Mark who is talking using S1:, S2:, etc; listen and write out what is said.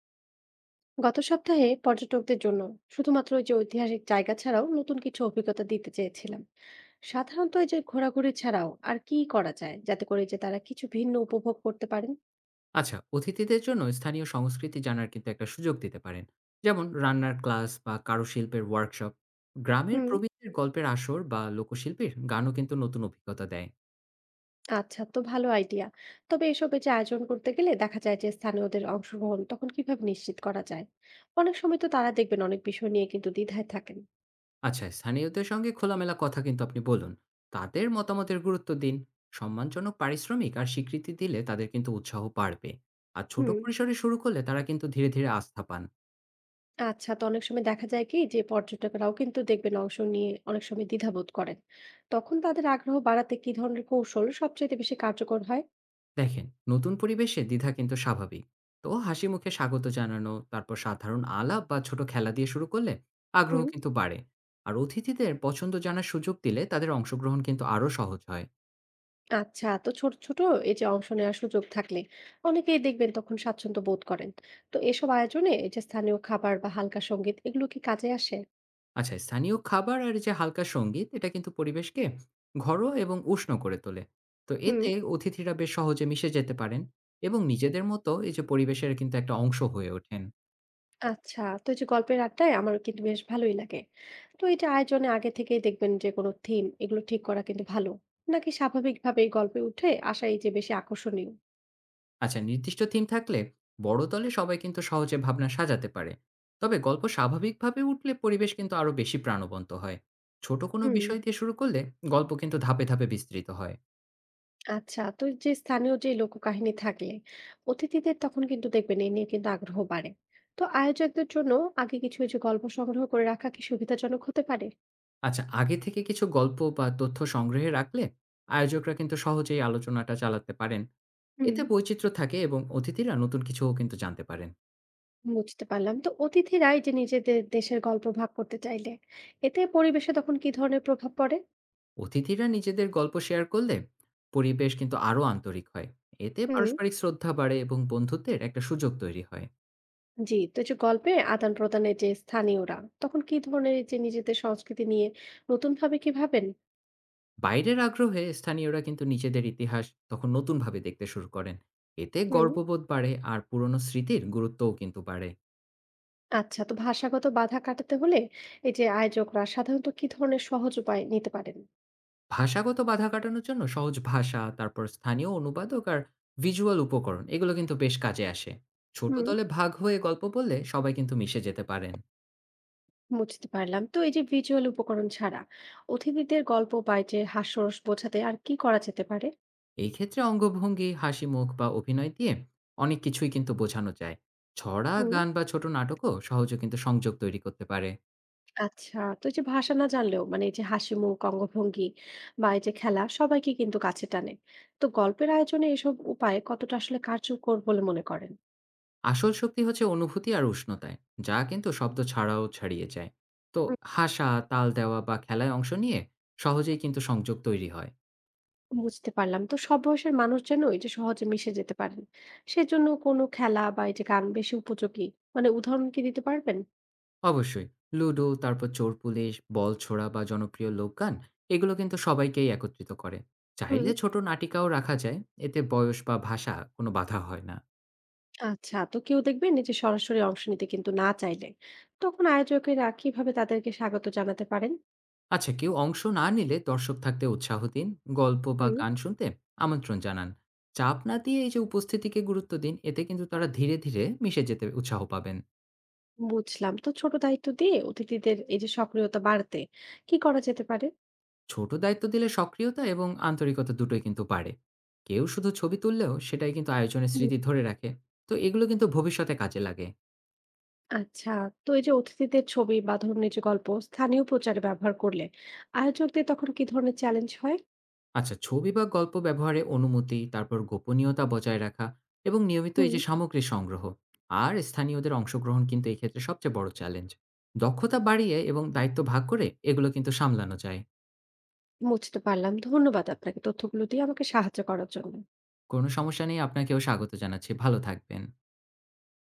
S1: গত সপ্তাহে পর্যটকদের জন্য শুধুমাত্র ওই যে ঐতিহাসিক জায়গা ছাড়াও নতুন কিছু অভিজ্ঞতা দিতে চেয়েছিলাম। সাধারণত এই যে ঘোরাঘুরি ছাড়াও আর কি করা যায় যাতে করে যে তারা কিছু ভিন্ন উপভোগ করতে পারেন?
S2: আচ্ছা, অতিথিদের জন্য স্থানীয় সংস্কৃতি জানার কিন্তু একটা সুযোগ দিতে পারেন। যেমন রান্নার ক্লাস বা কারুশিল্পের ওয়ার্কশপ, গ্রামের
S1: হুম।
S2: প্রবীণদের গল্পের আসর বা লোকশিল্পীর গানও কিন্তু নতুন অভিজ্ঞতা দেয়।
S1: আচ্ছা, তো ভালো আইডিয়া। তবে এসবে যে আয়োজন করতে গেলে দেখা যায় যে স্থানীয়দের অংশগ্রহণ তখন কিভাবে নিশ্চিত করা যায়? অনেক সময় তো তারা দেখবেন অনেক বিষয় নিয়ে কিন্তু দ্বিধায় থাকেন।
S2: আচ্ছা, স্থানীয়দের সঙ্গে খোলামেলা কথা কিন্তু আপনি বলুন, তাদের মতামতের গুরুত্ব দিন। সম্মানজনক পারিশ্রমিক আর স্বীকৃতি দিলে তাদের কিন্তু উৎসাহ বাড়বে। আর ছোট
S1: হুম।
S2: পরিসরে শুরু করলে তারা কিন্তু ধীরে ধীরে আস্থা পান।
S1: আচ্ছা, তো অনেক সময় দেখা যায় কি যে পর্যটকরাও কিন্তু দেখবেন অংশ নিয়ে অনেক সময় দ্বিধাবোধ করেন। তখন তাদের আগ্রহ বাড়াতে কি ধরনের কৌশল সবচেয়ে বেশি কার্যকর হয়?
S2: দেখেন, নতুন পরিবেশে দ্বিধা কিন্তু স্বাভাবিক। তো হাসি মুখে স্বাগত জানানো, তারপর সাধারণ আলাপ বা ছোট খেলা দিয়ে শুরু করলে আগ্রহ
S1: হুম।
S2: কিন্তু বাড়ে। আর অতিথিদের পছন্দ জানার সুযোগ দিলে তাদের অংশগ্রহণ কিন্তু আরও সহজ হয়।
S1: আচ্ছা, তো ছোট ছোট এই যে অংশ নেওয়ার সুযোগ থাকলে অনেকেই দেখবেন তখন স্বাচ্ছন্দ্য বোধ করেন। তো এসব আয়োজনে এই যে স্থানীয় খাবার বা হালকা সঙ্গীত এগুলো কি কাজে আসে?
S2: আচ্ছা, স্থানীয় খাবার আর এই যে হালকা সঙ্গীত, এটা কিন্তু পরিবেশকে ঘরোয়া এবং উষ্ণ করে তোলে। তো
S1: হুম।
S2: এতে অতিথিরা বেশ সহজে মিশে যেতে পারেন এবং নিজেদের মতো এই যে পরিবেশের কিন্তু একটা অংশ হয়ে ওঠেন।
S1: আচ্ছা, তো এই যে গল্পের আড্ডায় আমার কিন্তু বেশ ভালোই লাগে। তো এই যে আয়োজনে আগে থেকেই দেখবেন যে কোনো থিম এগুলো ঠিক করা কিন্তু ভালো। নাকি স্বাভাবিকভাবে এই গল্পে উঠে আসা এই যে বেশি আকর্ষণীয়?
S2: আচ্ছা, নির্দিষ্ট থিম থাকলে বড় দলে সবাই কিন্তু সহজে ভাবনা সাজাতে পারে। তবে গল্প স্বাভাবিকভাবে উঠলে পরিবেশ কিন্তু আরো বেশি প্রাণবন্ত হয়। ছোট কোনো
S1: হুম।
S2: বিষয় দিয়ে শুরু করলে গল্প কিন্তু ধাপে ধাপে বিস্তৃত হয়।
S1: আচ্ছা। তো এই যে স্থানীয় যে লোককাহিনী থাকলে অতিথিদের তখন কিন্তু দেখবেন এ নিয়ে কিন্তু আগ্রহ বাড়ে। তো আয়োজকদের জন্য আগে কিছু এই যে গল্প সংগ্রহ করে রাখা কি সুবিধাজনক হতে পারে?
S2: আচ্ছা, আগে থেকে কিছু গল্প বা তথ্য সংগ্রহে রাখলে আয়োজকরা কিন্তু সহজেই আলোচনাটা চালাতে পারেন।
S1: হুম।
S2: এতে বৈচিত্র্য থাকে এবং অতিথিরা নতুন কিছুও কিন্তু জানতে পারেন।
S1: বুঝতে পারলাম। তো অতিথিরা এই যে নিজেদের দেশের গল্প ভাগ করতে চাইলে এতে পরিবেশে তখন কি ধরনের প্রভাব পড়ে?
S2: অতিথিরা নিজেদের গল্প শেয়ার করলে পরিবেশ কিন্তু আরো আন্তরিক হয়। এতে
S1: হুম।
S2: পারস্পরিক শ্রদ্ধা বাড়ে এবং বন্ধুত্বের একটা সুযোগ তৈরি হয়।
S1: জি, তো এই যে গল্পে আদান প্রদানের যে স্থানীয়রা তখন কি ধরনের এই যে নিজেদের সংস্কৃতি নিয়ে নতুন ভাবে কি ভাবেন?
S2: বাইরের আগ্রহে স্থানীয়রা কিন্তু নিজেদের ইতিহাস তখন নতুনভাবে দেখতে শুরু করেন। এতে
S1: হুম।
S2: গর্ববোধ বাড়ে আর পুরনো স্মৃতির গুরুত্বও কিন্তু বাড়ে।
S1: আচ্ছা, তো ভাষাগত বাধা কাটাতে হলে এই যে আয়োজকরা সাধারণত কি ধরনের সহজ উপায় নিতে পারেন?
S2: ভাষাগত বাধা কাটানোর জন্য সহজ ভাষা, তারপর স্থানীয় অনুবাদক আর ভিজুয়াল উপকরণ, এগুলো কিন্তু বেশ কাজে আসে। ছোট
S1: হুম।
S2: দলে ভাগ হয়ে গল্প বললে সবাই কিন্তু মিশে যেতে পারেন।
S1: বুঝতে পারলাম। তো এই যে ভিজুয়াল উপকরণ ছাড়া অতিথিদের গল্প বা এই যে হাস্যরস বোঝাতে আর কি করা যেতে পারে?
S2: এই ক্ষেত্রে অঙ্গভঙ্গি, হাসি মুখ বা অভিনয় দিয়ে অনেক কিছুই কিন্তু বোঝানো যায়। ছড়া,
S1: হুম।
S2: গান বা ছোট নাটকও সহজে কিন্তু সংযোগ তৈরি করতে পারে।
S1: আচ্ছা, তো এই যে ভাষা না জানলেও মানে এই যে হাসিমুখ, অঙ্গভঙ্গি বা এই যে খেলা সবাইকে কিন্তু কাছে টানে। তো গল্পের আয়োজনে এসব উপায় কতটা আসলে কার্যকর বলে মনে করেন?
S2: আসল শক্তি হচ্ছে অনুভূতি আর উষ্ণতায়, যা কিন্তু শব্দ ছাড়াও ছাড়িয়ে যায়। তো
S1: হুম।
S2: হাসা, তাল দেওয়া বা খেলায় অংশ নিয়ে সহজেই কিন্তু সংযোগ তৈরি হয়।
S1: বুঝতে পারলাম। তো সব বয়সের মানুষ যেন এই যে সহজে মিশে যেতে পারেন, সেজন্য কোনো খেলা বা এই যে গান বেশি উপযোগী? মানে উদাহরণ কি দিতে পারবেন?
S2: অবশ্যই, লুডো, তারপর চোর পুলিশ, বল ছোড়া বা জনপ্রিয় লোকগান, এগুলো কিন্তু সবাইকেই একত্রিত করে।
S1: হুম।
S2: চাইলে ছোট নাটিকাও রাখা যায়। এতে বয়স বা ভাষা কোনো বাধা হয় না।
S1: আচ্ছা, তো কেউ দেখবেন এই যে সরাসরি অংশ নিতে কিন্তু না চাইলে, তখন আয়োজকেরা কিভাবে তাদেরকে স্বাগত জানাতে পারেন?
S2: আচ্ছা, কেউ অংশ না নিলে দর্শক থাকতে উৎসাহ দিন, গল্প বা
S1: হুম।
S2: গান শুনতে আমন্ত্রণ জানান। চাপ না দিয়ে এই যে উপস্থিতিকে গুরুত্ব দিন, এতে কিন্তু তারা ধীরে ধীরে মিশে যেতে উৎসাহ পাবেন।
S1: বুঝলাম। তো ছোট দায়িত্ব দিয়ে অতিথিদের এই যে সক্রিয়তা বাড়াতে কি করা যেতে পারে?
S2: ছোট দায়িত্ব দিলে সক্রিয়তা এবং আন্তরিকতা দুটোই কিন্তু পারে। কেউ শুধু ছবি তুললেও সেটাই কিন্তু আয়োজনের
S1: হুম।
S2: স্মৃতি ধরে রাখে। তো এগুলো কিন্তু ভবিষ্যতে কাজে লাগে।
S1: আচ্ছা, তো এই যে অতিথিদের ছবি বা ধরুন এই যে গল্প স্থানীয় প্রচারে ব্যবহার করলে আয়োজকদের তখন কি ধরনের চ্যালেঞ্জ হয়?
S2: আচ্ছা, ছবি বা গল্প ব্যবহারে অনুমতি, তারপর গোপনীয়তা বজায় রাখা এবং নিয়মিত এই
S1: হুম।
S2: যে সামগ্রী সংগ্রহ আর স্থানীয়দের অংশগ্রহণ কিন্তু এই ক্ষেত্রে সবচেয়ে বড় চ্যালেঞ্জ। দক্ষতা বাড়িয়ে এবং দায়িত্ব ভাগ করে এগুলো কিন্তু সামলানো যায়।
S1: বুঝতে পারলাম। ধন্যবাদ আপনাকে তথ্যগুলো দিয়ে আমাকে সাহায্য করার জন্য।
S2: কোনো সমস্যা নেই, আপনাকেও স্বাগত জানাচ্ছি। ভালো থাকবেন।